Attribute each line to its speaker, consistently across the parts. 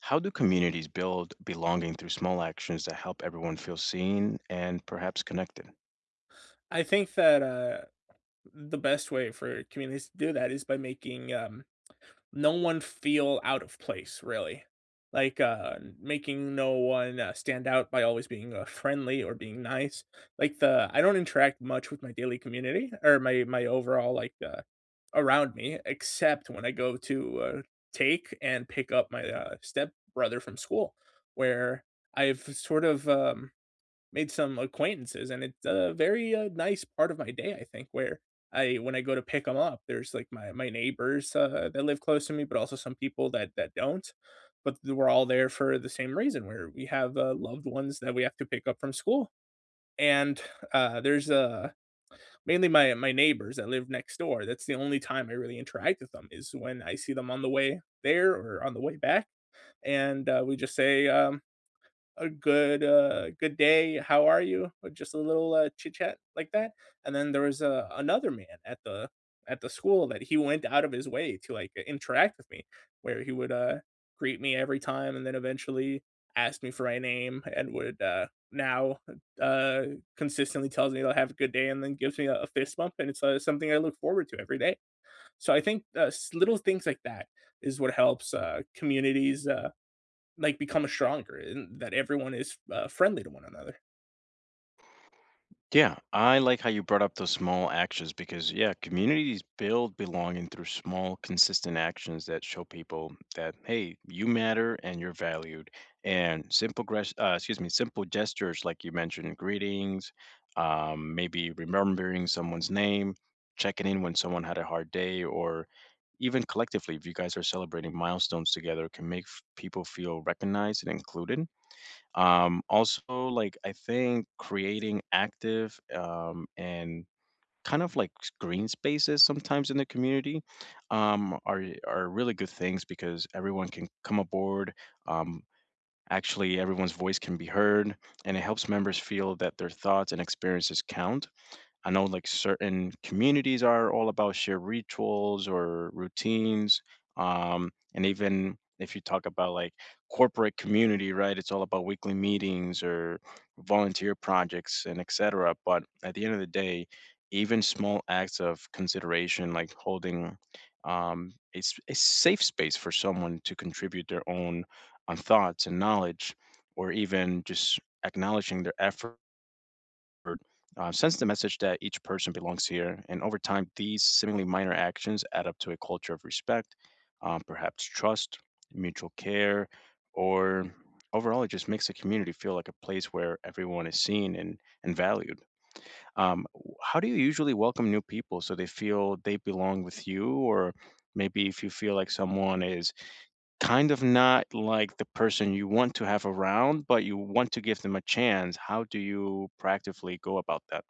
Speaker 1: How do communities build belonging through small actions that help everyone feel seen and perhaps connected?
Speaker 2: I think that, the best way for communities to do that is by making, no one feel out of place, really. Like, making no one, stand out by always being, friendly or being nice. Like, the I don't interact much with my daily community or my overall, like, around me, except when I go to, take and pick up my, step brother from school, where I've sort of, made some acquaintances, and it's a very, nice part of my day, I think, where I when I go to pick them up, there's, like, my neighbors, that live close to me, but also some people that don't, but we're all there for the same reason, where we have, loved ones that we have to pick up from school, and, uh, there's, uh mainly my neighbors that live next door. That's the only time I really interact with them is when I see them on the way there or on the way back, and, we just say, a good, "Good day, how are you?" Or just a little, chit chat like that, and then there was, another man at the school that he went out of his way to, like, interact with me, where he would, greet me every time and then eventually ask me for my name and would, now, uh, consistently tells me, to "Have a good day," and then gives me a fist bump, and it's, something I look forward to every day. So I think, s little things like that is what helps, communities, like, become stronger and that everyone is, friendly to one another.
Speaker 1: Yeah, I like how you brought up those small actions because, yeah, communities build belonging through small, consistent actions that show people that, hey, you matter and you're valued. And simple, excuse me, simple gestures like you mentioned, greetings, maybe remembering someone's name, checking in when someone had a hard day, or even collectively, if you guys are celebrating milestones together, can make people feel recognized and included. Also, like, I think creating active and kind of like green spaces sometimes in the community, are really good things because everyone can come aboard. Um, Actually, everyone's voice can be heard, and it helps members feel that their thoughts and experiences count. I know, like, certain communities are all about shared rituals or routines. And even if you talk about, like, corporate community, right, it's all about weekly meetings or volunteer projects and etc. But at the end of the day, even small acts of consideration, like holding, a, a safe space for someone to contribute their own, thoughts and knowledge, or even just acknowledging their effort, sends the message that each person belongs here. And over time, these seemingly minor actions add up to a culture of respect, perhaps trust, mutual care, or overall, it just makes the community feel like a place where everyone is seen and valued. How do you usually welcome new people so they feel they belong with you, or maybe if you feel like someone is kind of not like the person you want to have around but you want to give them a chance, how do you practically go about that?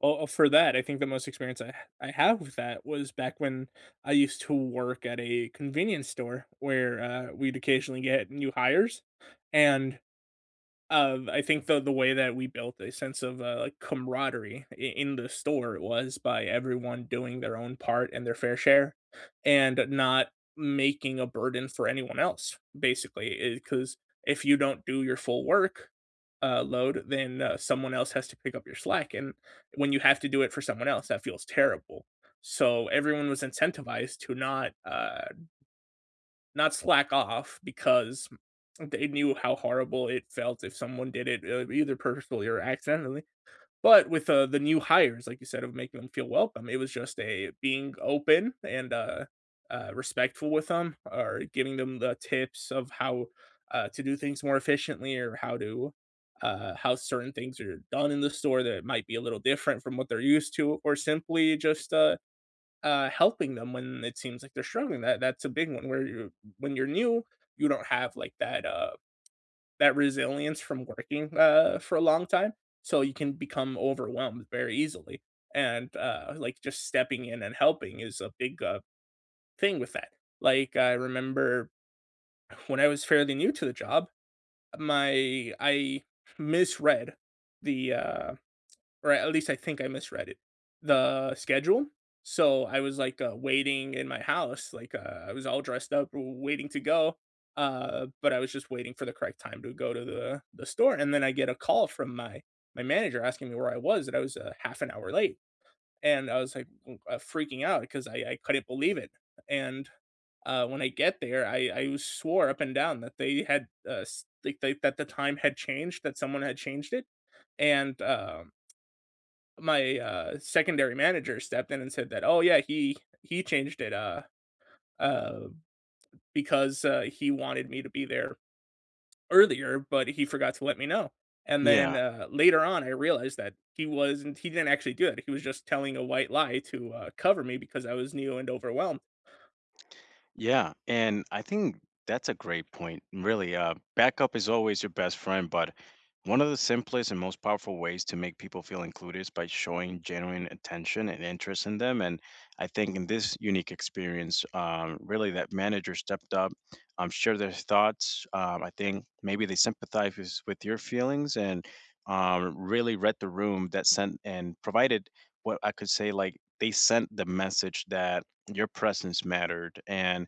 Speaker 2: Well, for that, I think the most experience I have with that was back when I used to work at a convenience store where, we'd occasionally get new hires, and I think the way that we built a sense of, like, camaraderie I in the store was by everyone doing their own part and their fair share, and not making a burden for anyone else, basically, because if you don't do your full work, load, then, someone else has to pick up your slack, and when you have to do it for someone else, that feels terrible. So everyone was incentivized to not slack off because they knew how horrible it felt if someone did it, either purposefully or accidentally. But with, the new hires, like you said, of making them feel welcome, it was just a being open and, respectful with them, or giving them the tips of how, to do things more efficiently, or how to, how certain things are done in the store that might be a little different from what they're used to, or simply just, helping them when it seems like they're struggling. That's a big one where you when you're new, you don't have like that resilience from working, for a long time. So you can become overwhelmed very easily. And, like just stepping in and helping is a big, thing with that. Like I remember when I was fairly new to the job, my I misread the or at least I think I misread it, the schedule. So I was like, waiting in my house, like, I was all dressed up, waiting to go. But I was just waiting for the correct time to go to the store, and then I get a call from my manager asking me where I was, that I was a half an hour late, and I was like, freaking out because I couldn't believe it. And, when I get there, I swore up and down that they had, like that the time had changed, that someone had changed it, and, my, secondary manager stepped in and said that, "Oh, yeah, he changed it, uh, because, he wanted me to be there earlier, but he forgot to let me know." And then,
Speaker 1: Yeah.
Speaker 2: later on, I realized that he didn't actually do that. He was just telling a white lie to, cover me because I was new and overwhelmed.
Speaker 1: Yeah, and I think that's a great point. Really, backup is always your best friend, but one of the simplest and most powerful ways to make people feel included is by showing genuine attention and interest in them. And I think in this unique experience, really, that manager stepped up, shared their thoughts. I think maybe they sympathized with your feelings and, really read the room that sent and provided what I could say, like, they sent the message that your presence mattered. And,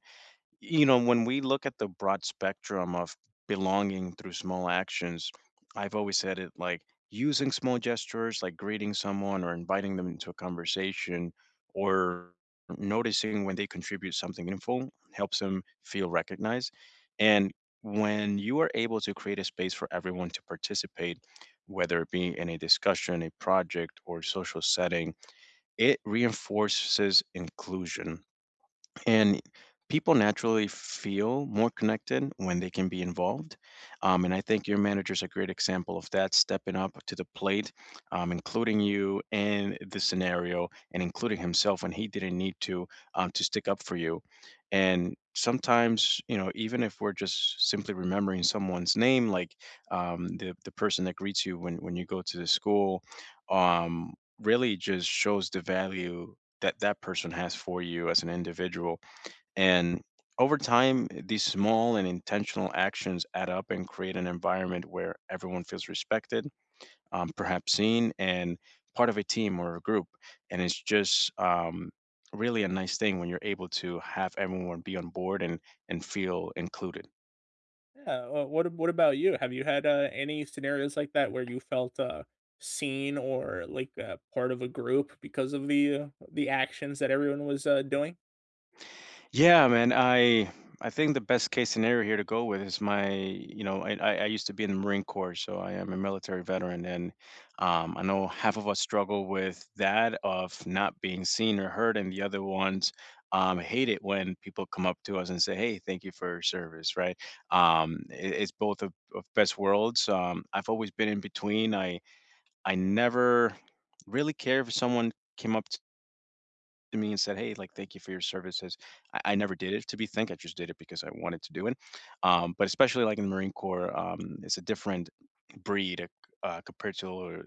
Speaker 1: you know, when we look at the broad spectrum of belonging through small actions, I've always said it like using small gestures, like greeting someone or inviting them into a conversation or noticing when they contribute something meaningful helps them feel recognized. And when you are able to create a space for everyone to participate, whether it be in a discussion, a project, or social setting, it reinforces inclusion, and people naturally feel more connected when they can be involved. And I think your manager is a great example of that, stepping up to the plate, including you in the scenario and including himself when he didn't need to, to stick up for you. And sometimes, you know, even if we're just simply remembering someone's name, like, the person that greets you when you go to the school, um, really just shows the value that that person has for you as an individual. And over time, these small and intentional actions add up and create an environment where everyone feels respected, perhaps seen, and part of a team or a group. And it's just, really a nice thing when you're able to have everyone be on board and feel included.
Speaker 2: Yeah, what about you? Have you had, any scenarios like that where you felt, seen or, like, part of a group because of the actions that everyone was, doing?
Speaker 1: Yeah, man. I think the best case scenario here to go with is my, you know, I used to be in the Marine Corps, so I am a military veteran, and, I know half of us struggle with that of not being seen or heard, and the other ones, hate it when people come up to us and say, "Hey, thank you for your service." Right? It's both of best worlds. I've always been in between. I never really care if someone came up to me and said, "Hey, like, thank you for your services." I never did it to be thanked. I just did it because I wanted to do it. But especially like in the Marine Corps, it's a different breed, compared to all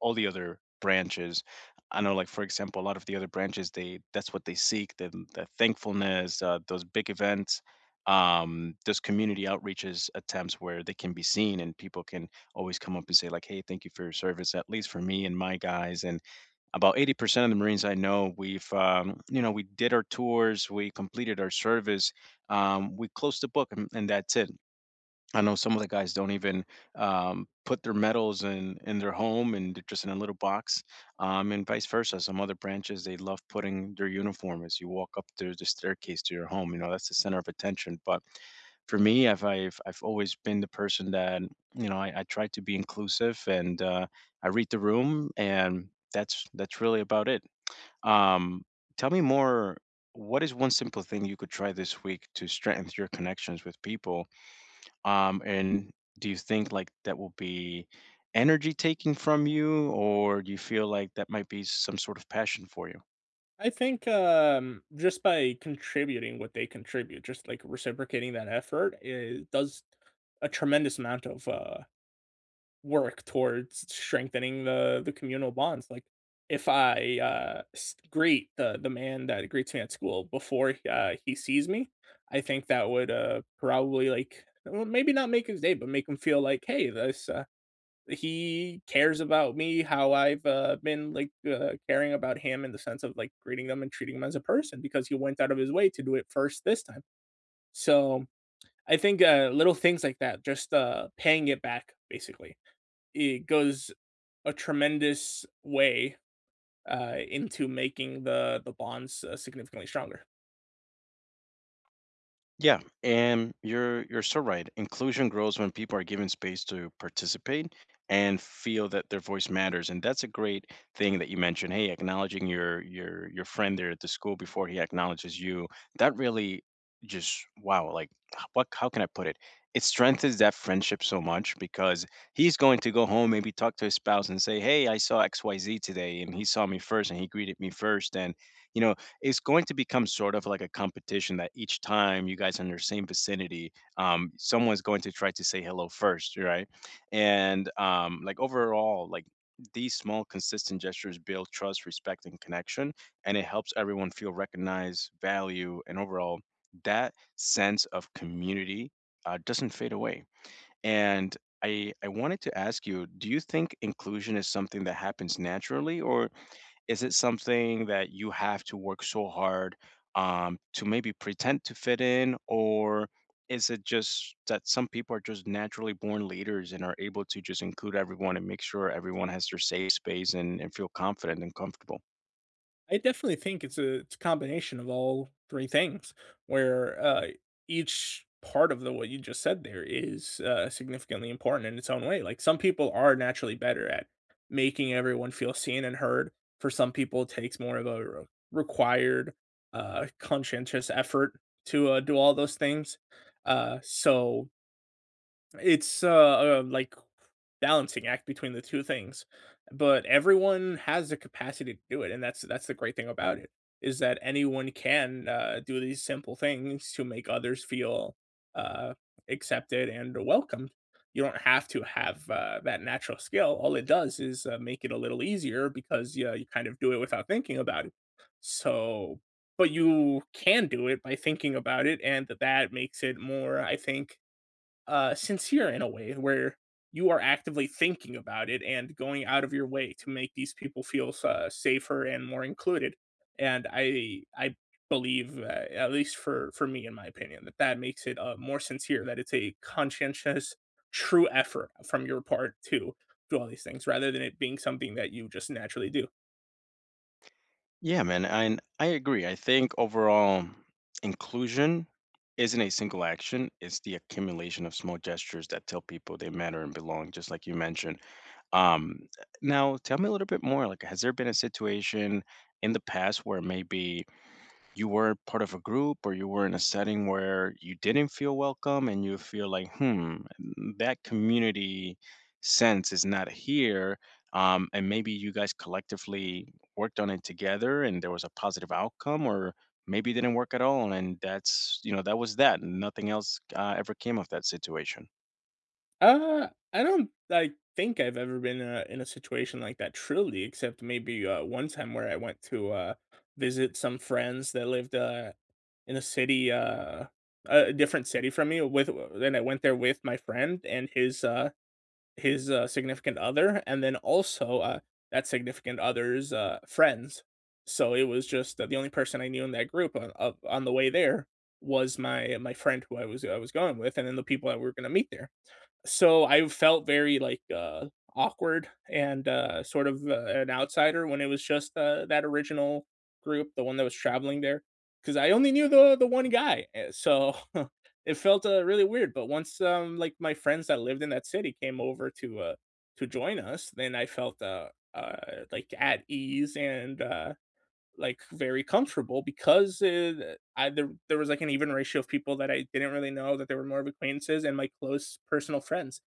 Speaker 1: all the other branches. I know, like, for example, a lot of the other branches, they that's what they seek: the thankfulness, those big events, those community outreaches attempts where they can be seen and people can always come up and say, like, "Hey, thank you for your service." At least for me and my guys, and about 80% of the Marines I know, we've, you know, we did our tours, we completed our service, we closed the book, and that's it. I know some of the guys don't even, put their medals in their home and they're just in a little box, and vice versa. Some other branches, they love putting their uniform as you walk up the staircase to your home. You know, that's the center of attention. But for me, I've always been the person that, you know, I try to be inclusive and, I read the room, and that's really about it. Um, Tell me more. What is one simple thing you could try this week to strengthen your connections with people? And do you think like that will be energy taking from you, or do you feel like that might be some sort of passion for you?
Speaker 2: I think, just by contributing what they contribute, just, like, reciprocating that effort, it does a tremendous amount of, work towards strengthening the communal bonds. Like if I, greet the man that greets me at school before, he sees me, I think that would, probably like well, maybe not make his day, but make him feel like hey, this he cares about me, how I've, been like caring about him in the sense of like greeting them and treating him as a person because he went out of his way to do it first this time. So I think, little things like that, just, paying it back, basically it goes a tremendous way, into making the bonds, significantly stronger.
Speaker 1: Yeah, and you're so right. Inclusion grows when people are given space to participate and feel that their voice matters. And that's a great thing that you mentioned. Hey, acknowledging your friend there at the school before he acknowledges you. That really just wow, like, what, how can I put it? It strengthens that friendship so much because he's going to go home, maybe talk to his spouse and say, "Hey, I saw XYZ today and he saw me first and he greeted me first," and, you know, it's going to become sort of like a competition that each time you guys are in the same vicinity, someone's going to try to say hello first, right? And, like, overall, like, these small, consistent gestures build trust, respect, and connection, and it helps everyone feel recognized, value, and overall that sense of community, doesn't fade away. And I wanted to ask you, do you think inclusion is something that happens naturally, or is it something that you have to work so hard, to maybe pretend to fit in, or is it just that some people are just naturally born leaders and are able to just include everyone and make sure everyone has their safe space and feel confident and comfortable?
Speaker 2: I definitely think it's a combination of all three things, where, each part of the what you just said there is, significantly important in its own way. Like some people are naturally better at making everyone feel seen and heard. For some people, it takes more of a, required, conscientious effort to, do all those things. So it's, balancing act between the two things. But everyone has the capacity to do it, and that's the great thing about it is that anyone can, do these simple things to make others feel, uh, accepted and welcomed. You don't have to have, that natural skill. All it does is, make it a little easier because yeah, you kind of do it without thinking about it. So, but you can do it by thinking about it, and that makes it more, I think, sincere in a way where you are actively thinking about it and going out of your way to make these people feel, safer and more included. And I believe, at least for me, in my opinion, that makes it, more sincere. That it's a conscientious, true effort from your part to do all these things, rather than it being something that you just naturally do.
Speaker 1: Yeah, man, and I agree. I think overall, inclusion isn't a single action, it's the accumulation of small gestures that tell people they matter and belong, just like you mentioned. Um, Now, tell me a little bit more. Like, has there been a situation in the past where maybe you were part of a group or you were in a setting where you didn't feel welcome and you feel like, hmm, mm, that community sense is not here. And maybe you guys collectively worked on it together and there was a positive outcome, or maybe it didn't work at all. And that's, you know, that was that. Nothing else, ever came of that situation.
Speaker 2: I don't like think I've ever been, in a situation like that truly, except maybe, one time where I went to, visit some friends that lived, in a city, a different city from me. With Then I went there with my friend and his significant other, and then also, that significant other's, friends. So it was just, the only person I knew in that group on the way there was my friend who I was going with, and then the people that we were going to meet there. So I felt very, like, awkward and, sort of, an outsider when it was just, that original group, the one that was traveling there, because I only knew the one guy, eh, so it felt, really weird, but once, like, my friends that lived in that city came over to join us, then I felt, like, at ease and, like very comfortable because, I there, was like an even ratio of people that I didn't really know that they were more of acquaintances and my close personal friends.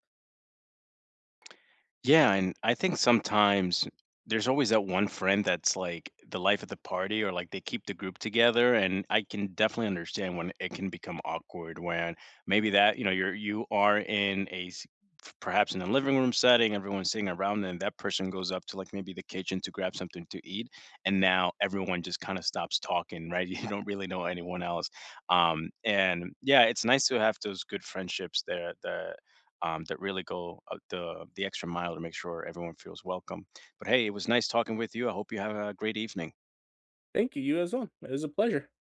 Speaker 1: Yeah, and I think sometimes there's always that one friend that's like the life of the party or like they keep the group together, and I can definitely understand when it can become awkward when maybe that, you know, you are in a perhaps in a living room setting, everyone's sitting around and that person goes up to, like, maybe the kitchen to grab something to eat, and now everyone just kind of stops talking, right? You don't really know anyone else. And yeah, it's nice to have those good friendships there, that really go, the extra mile to make sure everyone feels welcome. But hey, it was nice talking with you. I hope you have a great evening.
Speaker 2: Thank you, you as well. It was a pleasure.